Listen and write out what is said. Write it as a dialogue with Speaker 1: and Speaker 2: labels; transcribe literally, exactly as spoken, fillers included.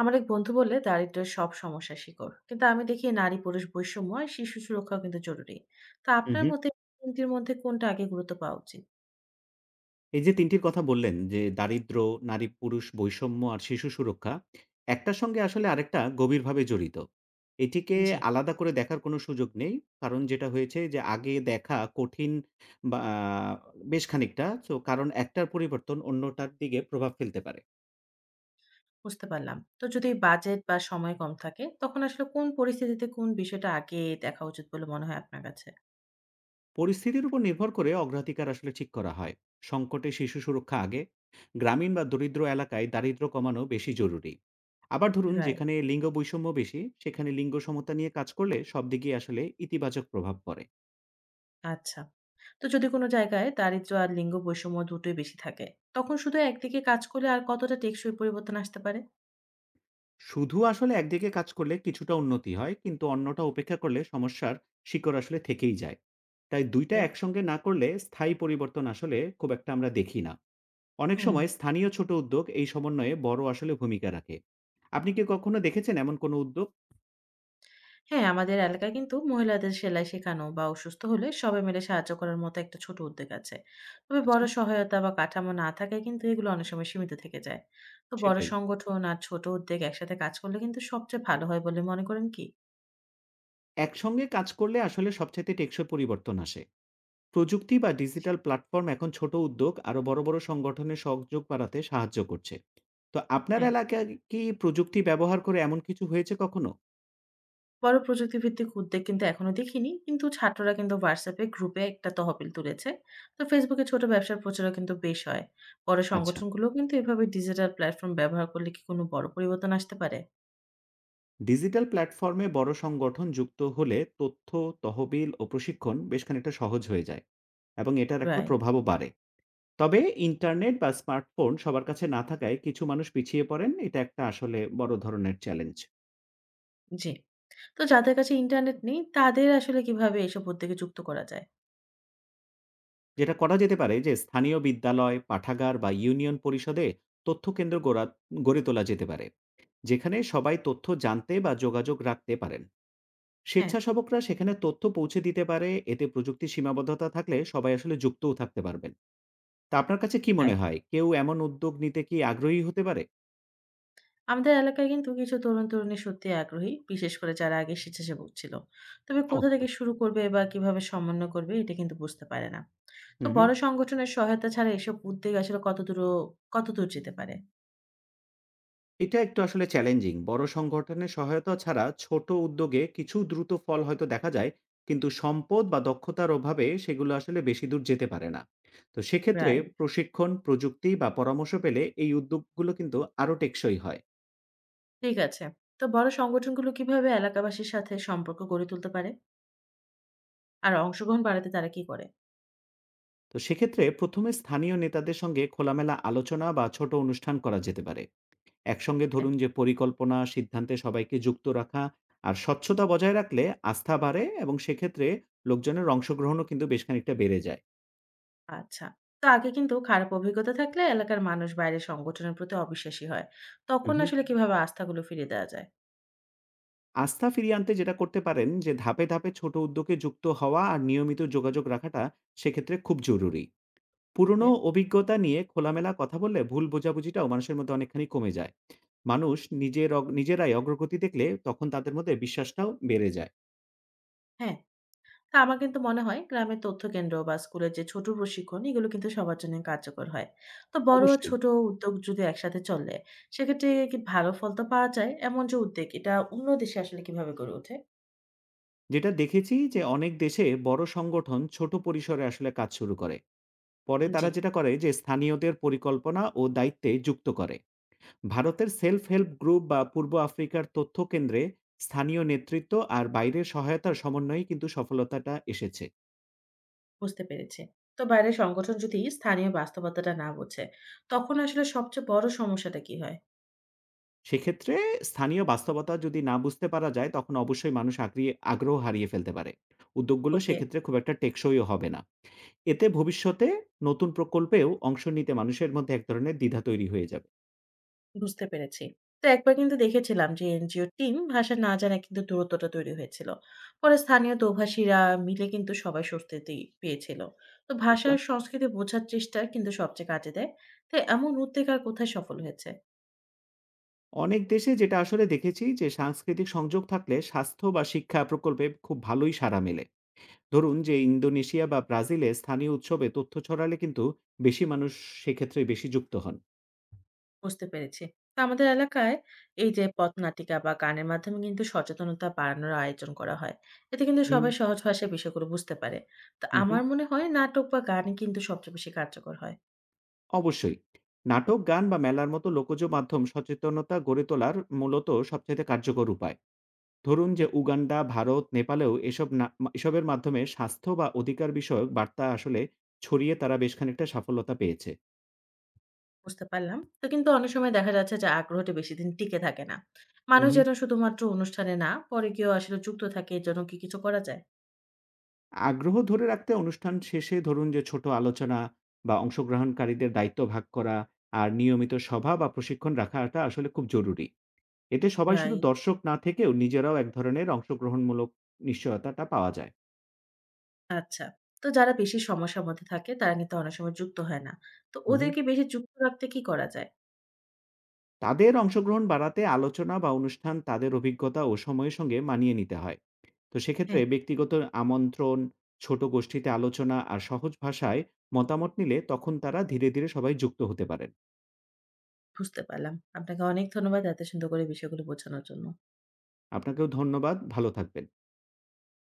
Speaker 1: আমার এক বন্ধু বলে দারিদ্র্যের সব সমস্যা শিকড়, কিন্তু আমি দেখি নারী পুরুষ বৈষম্য আর শিশু সুরক্ষাও কিন্তু জরুরি। তো
Speaker 2: হুম,
Speaker 1: আপনার
Speaker 2: হুম।
Speaker 1: মতে তিনটির মধ্যে কোনটা আগে গুরুত্ব পাওয়া উচিত?
Speaker 2: এই যে তিন টির কথা বললেন যে দারিদ্র্য, নারী-পুরুষ বৈষম্য আর শিশু সুরক্ষা, একটার সঙ্গে আসলে আরেকটা গভীরভাবে জড়িত। এটিকে
Speaker 1: জি।
Speaker 2: আলাদা করে দেখার কোনো সুযোগ নেই। কারণ যেটা হয়েছে যে আগে দেখা কঠিন বা বেশ খানিকটা। সো কারণ একটার পরিবর্তন অন্যটার দিকে প্রভাব ফেলতে পারে।
Speaker 1: বুঝতে পারলাম। তো যদি বাজেট বা সময় কম থাকে, তখন আসলে কোন পরিস্থিতিতে কোন বিষয়টা আগে দেখা উচিত বলে মনে হয় আপনার কাছে?
Speaker 2: পরিস্থিতির উপর নির্ভর করে অগ্রাধিকার আসলে ঠিক করা হয়। সংকটে শিশু সুরক্ষা আগে, গ্রামীণ বা দরিদ্র এলাকায় দারিদ্র্য কমানো বেশি জরুরি। আবার ধরুন,
Speaker 1: রাইট।
Speaker 2: যেখানে লিঙ্গ বৈষম্য বেশি সেখানে লিঙ্গ সমতা নিয়ে কাজ করলে সব দিকেই আসলে ইতিবাচক প্রভাব পড়ে।
Speaker 1: আচ্ছা। তো যদি কোনো জায়গায় দারিদ্র্য আর লিঙ্গ বৈষম্য দুটোই বেশি থাকে, তখন শুধু একদিকে কাজ করলে আর কতটা টেকসই পরিবর্তন আসতে পারে?
Speaker 2: শুধু আসলে একদিকে কাজ করলে কিছুটা উন্নতি হয়, কিন্তু অন্যটা উপেক্ষা করলে সমস্যার শিকড় আসলে থেকেই যায়। তাই দুইটা
Speaker 1: ওকে
Speaker 2: একসঙ্গে না করলে স্থায়ী পরিবর্তন আসলে খুব একটা আমরা দেখি না। অনেক
Speaker 1: হুম।
Speaker 2: সময় স্থানীয় ছোট উদ্যোগ এই সমন্বয়ে বড় আসলে ভূমিকা রাখে। আপনি কি কখনো দেখেছেন এমন কোনো উদ্যোগ?
Speaker 1: হ্যাঁ, আমাদের এলাকায় কিন্তু মহিলাদের সেলাই শেখানো বা অসুস্থ হলে সবাই মিলে সাহায্য করার মতো একটা ছোট উদ্যোগ আছে। তবে
Speaker 2: আচ্ছা।
Speaker 1: বড় সহায়তা বা কাঠামো না থাকায় কিন্তু এগুলো অনেক সময় সীমিত থেকে যায়। তো বড়
Speaker 2: সেটাই।
Speaker 1: সংগঠন আর ছোট উদ্যোগ একসাথে কাজ করলে কিন্তু সবচেয়ে ভালো হয় বলে মনে করেন কি?
Speaker 2: একসঙ্গে কাজ করলে আসলে সবচাইতে টেকসই পরিবর্তন আসে। প্রযুক্তি বা
Speaker 1: হুম, জি।
Speaker 2: ডিজিটাল প্ল্যাটফর্ম এখন ছোট উদ্যোগ আরো বড়, বড় সংগঠনের সহযোগ বাড়াতে সাহায্য করছে। তো আপনার
Speaker 1: হ্যাঁ,
Speaker 2: এলাকায় কি প্রযুক্তি ব্যবহার করে এমন কিছু হয়েছে কখনো?
Speaker 1: বড় প্রযুক্তিভিত্তিক উদ্যোগ কিন্তু এখনো দেখিনি। কিন্তু ছাত্ররা কিন্তু হোয়াটসঅ্যাপ এ গ্রুপে একটা তহবিল তুলেছে। তো ফেসবুক এ ছোট ব্যবসার প্রচারও কিন্তু বেশ হয়। বড়
Speaker 2: আচ্ছা।
Speaker 1: সংগঠনগুলোও কিন্তু এভাবে ডিজিটাল প্ল্যাটফর্ম ব্যবহার করলে কি কোনো বড় পরিবর্তন আসতে পারে?
Speaker 2: ডিজিটাল প্ল্যাটফর্মে বড় সংগঠন যুক্ত হলে তথ্য, তহবিল ও প্রশিক্ষণ বেশ খানিকটা সহজ হয়ে যায় এবং এটার একটা
Speaker 1: রাইট,
Speaker 2: প্রভাবও বাড়ে। তবে ইন্টারনেট বা স্মার্টফোন সবার কাছে না থাকায় কিছু মানুষ পিছিয়ে পড়েন। এটা একটা আসলে বড় ধরনের চ্যালেঞ্জ।
Speaker 1: জি। তো যাদের কাছে ইন্টারনেট নেই তাদের আসলে কিভাবে এসব উদ্যোগে যুক্ত করা যায়?
Speaker 2: যেটা করা যেতে পারে যে স্থানীয় বিদ্যালয়, পাঠাগার বা ইউনিয়ন পরিষদে তথ্য কেন্দ্র গড়া গড়ে তোলা যেতে পারে। যেখানে সবাই তথ্য জানতে বা যোগাযোগ রাখতে পারেন।
Speaker 1: হ্যাঁ,
Speaker 2: স্বেচ্ছাসেবকরা সেখানে তথ্য পৌঁছে দিতে পারে। এতে প্রযুক্তির সীমাবদ্ধতা থাকলে সবাই আসলে যুক্তও থাকতে পারবেন। তা আপনার কাছে কি
Speaker 1: তাই।
Speaker 2: মনে হয় কেউ এমন উদ্যোগ নিতে কি আগ্রহী হতে পারে?
Speaker 1: আমাদের এলাকায় কিন্তু কিছু তরুণ-তরুণী সত্যিই আগ্রহী, বিশেষ করে যারা আগে স্বেচ্ছাসেবক ছিল। তবে কোথা থেকে
Speaker 2: চমৎকার!
Speaker 1: শুরু করবে বা কিভাবে সমন্বয় করবে এটা কিন্তু বুঝতে পারে না। তো
Speaker 2: হুম, হুম।
Speaker 1: বড় সংগঠনের সহায়তা ছাড়া এসব উদ্যোগ আসলে কতদূরও কতদূর যেতে পারে?
Speaker 2: এটা একটু আসলে চ্যালেঞ্জিং। বড় সংগঠনের সহায়তা ছাড়া ছোট উদ্যোগে কিছু দ্রুত ফল হয়তো দেখা যায়, কিন্তু সম্পদ বা দক্ষতার অভাবে সেগুলো আসলে বেশি দূর যেতে পারে না। তো সেক্ষেত্রে
Speaker 1: রাইট,
Speaker 2: প্রশিক্ষণ, প্রযুক্তি বা পরামর্শ পেলে এই উদ্যোগগুলো কিন্তু আরও টেকসই হয়।
Speaker 1: ঠিক আছে। তো বড় সংগঠনগুলো কিভাবে এলাকাবাসীর সাথে সম্পর্ক গড়ে তুলতে পারে? আর অংশগ্রহণ বাড়াতে তারা কি করে?
Speaker 2: তো সেক্ষেত্রে প্রথমে স্থানীয় নেতাদের সঙ্গে খোলামেলা আলোচনা বা ছোট অনুষ্ঠান করা যেতে পারে। একসঙ্গে
Speaker 1: হ্যাঁ।
Speaker 2: ধরুন যে পরিকল্পনা, সিদ্ধান্তে সবাইকে যুক্ত রাখা আর স্বচ্ছতা বজায় রাখলে আস্থা বাড়ে এবং সেক্ষেত্রে লোকজনের অংশগ্রহণও কিন্তু বেশ খানিকটা বেড়ে যায়।
Speaker 1: আচ্ছা। তো আগে কিন্তু খারাপ অভিজ্ঞতা থাকলে এলাকার মানুষ বাইরের সংগঠনের প্রতি অবিশ্বাসী হয়। তখন আসলে কিভাবে আস্থাগুলো ফিরিয়ে দেওয়া যায়?
Speaker 2: আস্থা ফিরিয়ে আনতে যেটা করতে পারেন যে ধাপে ধাপে ছোট উদ্যোগে যুক্ত হওয়া আর নিয়মিত যোগাযোগ রাখাটা সেক্ষেত্রে খুব জরুরি। পুরনো
Speaker 1: ওকে,
Speaker 2: অভিজ্ঞতা নিয়ে খোলামেলা কথা বললে ভুল বোঝাবুঝিটাও মানুষের মধ্যে অনেকখানি কমে যায়। মানুষ নিজের অগ- নিজেরাই অগ্রগতি দেখলে তখন তাদের মধ্যে বিশ্বাসটাও বেড়ে যায়।
Speaker 1: হ্যাঁ। তা আমার কিন্তু মনে হয় গ্রামের তথ্য কেন্দ্র বা স্কুলের যে ছোট প্রশিক্ষণ এগুলো কিন্তু সবার জন্য কার্যকর হয়। তো বড় ও
Speaker 2: অবশ্যই।
Speaker 1: ছোট উদ্যোগ যদি একসাথে চলে সেক্ষেত্রে কি ভালো ফল তো পাওয়া যায়? এমন যে উদ্যোগ এটা অন্য দেশে আসলে কিভাবে গড়ে ওঠে?
Speaker 2: যেটা দেখেছি যে অনেক দেশে বড় সংগঠন ছোট পরিসরে আসলে কাজ শুরু করে, পরে
Speaker 1: জি,
Speaker 2: তারা যেটা করে যে স্থানীয়দের পরিকল্পনা ও দায়িত্বে যুক্ত করে। ভারতের সেলফ হেল্প গ্রুপ বা পূর্ব আফ্রিকার তথ্য কেন্দ্রে স্থানীয় নেতৃত্ব আর বাইরের সহায়তার সমন্বয়ে কিন্তু সফলতাটা এসেছে।
Speaker 1: বুঝতে পেরেছি। তো বাইরের সংগঠন যদি স্থানীয় বাস্তবতাটা না বোঝে তখন আসলে সবচেয়ে বড় সমস্যাটা কি হয়?
Speaker 2: সেক্ষেত্রে স্থানীয় বাস্তবতা যদি না বুঝতে পারা যায় তখন অবশ্যই মানুষ আগ্রিয়ে আগ্রহ হারিয়ে ফেলতে পারে। উদ্যোগগুলো
Speaker 1: ওকে।
Speaker 2: সেক্ষেত্রে খুব একটা টেকসইও হবে না। এতে ভবিষ্যতে নতুন প্রকল্পেও অংশ নিতে মানুষের মধ্যে এক ধরনের দ্বিধা তৈরি হয়ে যাবে।
Speaker 1: বুঝতে পেরেছি। তো একবার কিন্তু দেখেছিলাম যে এনজিওর টিম ভাষা না জানায় কিন্তু দূরত্বটা তৈরি হয়েছিল। পরে স্থানীয় দোভাষীরা মিলে কিন্তু সবাই স্বস্তিতেই পেয়েছিল। তো ভাষা
Speaker 2: আচ্ছা।
Speaker 1: আর সংস্কৃতি বোঝার চেষ্টা কিন্তু সবচেয়ে কাজে দেয়। তো এমন উদ্যোগ আর কোথায় সফল হয়েছে?
Speaker 2: অনেক দেশে যেটা আসলে দেখেছি যে সাংস্কৃতিক সংযোগ থাকলে স্বাস্থ্য বা শিক্ষা প্রকল্পে খুব ভালোই সাড়া মেলে। ধরুন যে ইন্দোনেশিয়া বা ব্রাজিলে স্থানীয় উৎসবে তথ্য ছড়ালে কিন্তু বেশি মানুষ সেক্ষেত্রে বেশি যুক্ত হন।
Speaker 1: বুঝতে পেরেছি। তো আমাদের এলাকায় এই যে পথনাটিকা বা গানের মাধ্যমে কিন্তু সচেতনতা বাড়ানোর আয়োজন করা হয়। এতে কিন্তু
Speaker 2: হুম,
Speaker 1: সবাই সহজ ভাষায় বিষয়গুলো বুঝতে পারে। তো
Speaker 2: হুম,
Speaker 1: আমার
Speaker 2: হুম।
Speaker 1: মনে হয় নাটক বা গানই কিন্তু সবচেয়ে বেশি কার্যকর হয়।
Speaker 2: অবশ্যই। নাটক, গান বা মেলার মতো লোকজ মাধ্যম সচেতনতা গড়ে তোলার মূলত সবচাইতে কার্যকর উপায়। ধরুন
Speaker 1: জি।
Speaker 2: যে উগান্ডা, ভারত, নেপালেও এসব না মা এসবের মাধ্যমে স্বাস্থ্য বা অধিকার বিষয়ক বার্তা আসলে ছড়িয়ে তারা বেশ খানিকটা সফলতা পেয়েছে।
Speaker 1: বুঝতে পারলাম। তো কিন্তু অনেক সময় দেখা যাচ্ছে যে আগ্রহটা বেশিদিন টিকে থাকে না।
Speaker 2: হুম,
Speaker 1: মানুষ
Speaker 2: হুম।
Speaker 1: যেন শুধুমাত্র অনুষ্ঠানে না, পরে গিয়েও আসলে যুক্ত থাকে এর জন্য কি কিছু করা যায়?
Speaker 2: আগ্রহ ধরে রাখতে অনুষ্ঠান শেষে ধরুন যে ছোট আলোচনা বা অংশগ্রহণকারীদের দায়িত্ব ভাগ করা আর নিয়মিত সভা বা প্রশিক্ষণ রাখাটা আসলে খুব জরুরি। এতে সবাই শুধু
Speaker 1: রাইট,
Speaker 2: দর্শক না থেকেও নিজেরাও এক ধরনের অংশগ্রহণমূলক নিশ্চয়তাটা পাওয়া যায়।
Speaker 1: আচ্ছা। তো যারা বেশি সমস্যার মধ্যে থাকে তারা কিন্তু অনেক সময় যুক্ত হয় না। তো
Speaker 2: হুম।
Speaker 1: ওদেরকে বেশি যুক্ত রাখতে কি করা যায়?
Speaker 2: তাদের অংশগ্রহণ বাড়াতে আলোচনা বা অনুষ্ঠান তাদের অভিজ্ঞতা ও সময়ের সঙ্গে মানিয়ে নিতে হয়। তো সেক্ষেত্রে
Speaker 1: হ্যাঁ,
Speaker 2: ব্যক্তিগত আমন্ত্রণ, ছোট গোষ্ঠীতে আলোচনা আর সহজ ভাষায় মতামত নিলে তখন তারা ধীরে ধীরে সবাই যুক্ত হতে পারেন।
Speaker 1: বুঝতে পারলাম। আপনাকে অনেক ধন্যবাদ এত সুন্দর করে বিষয়গুলো বোঝানোর জন্য।
Speaker 2: আপনাকেও ধন্যবাদ। ভালো থাকবেন।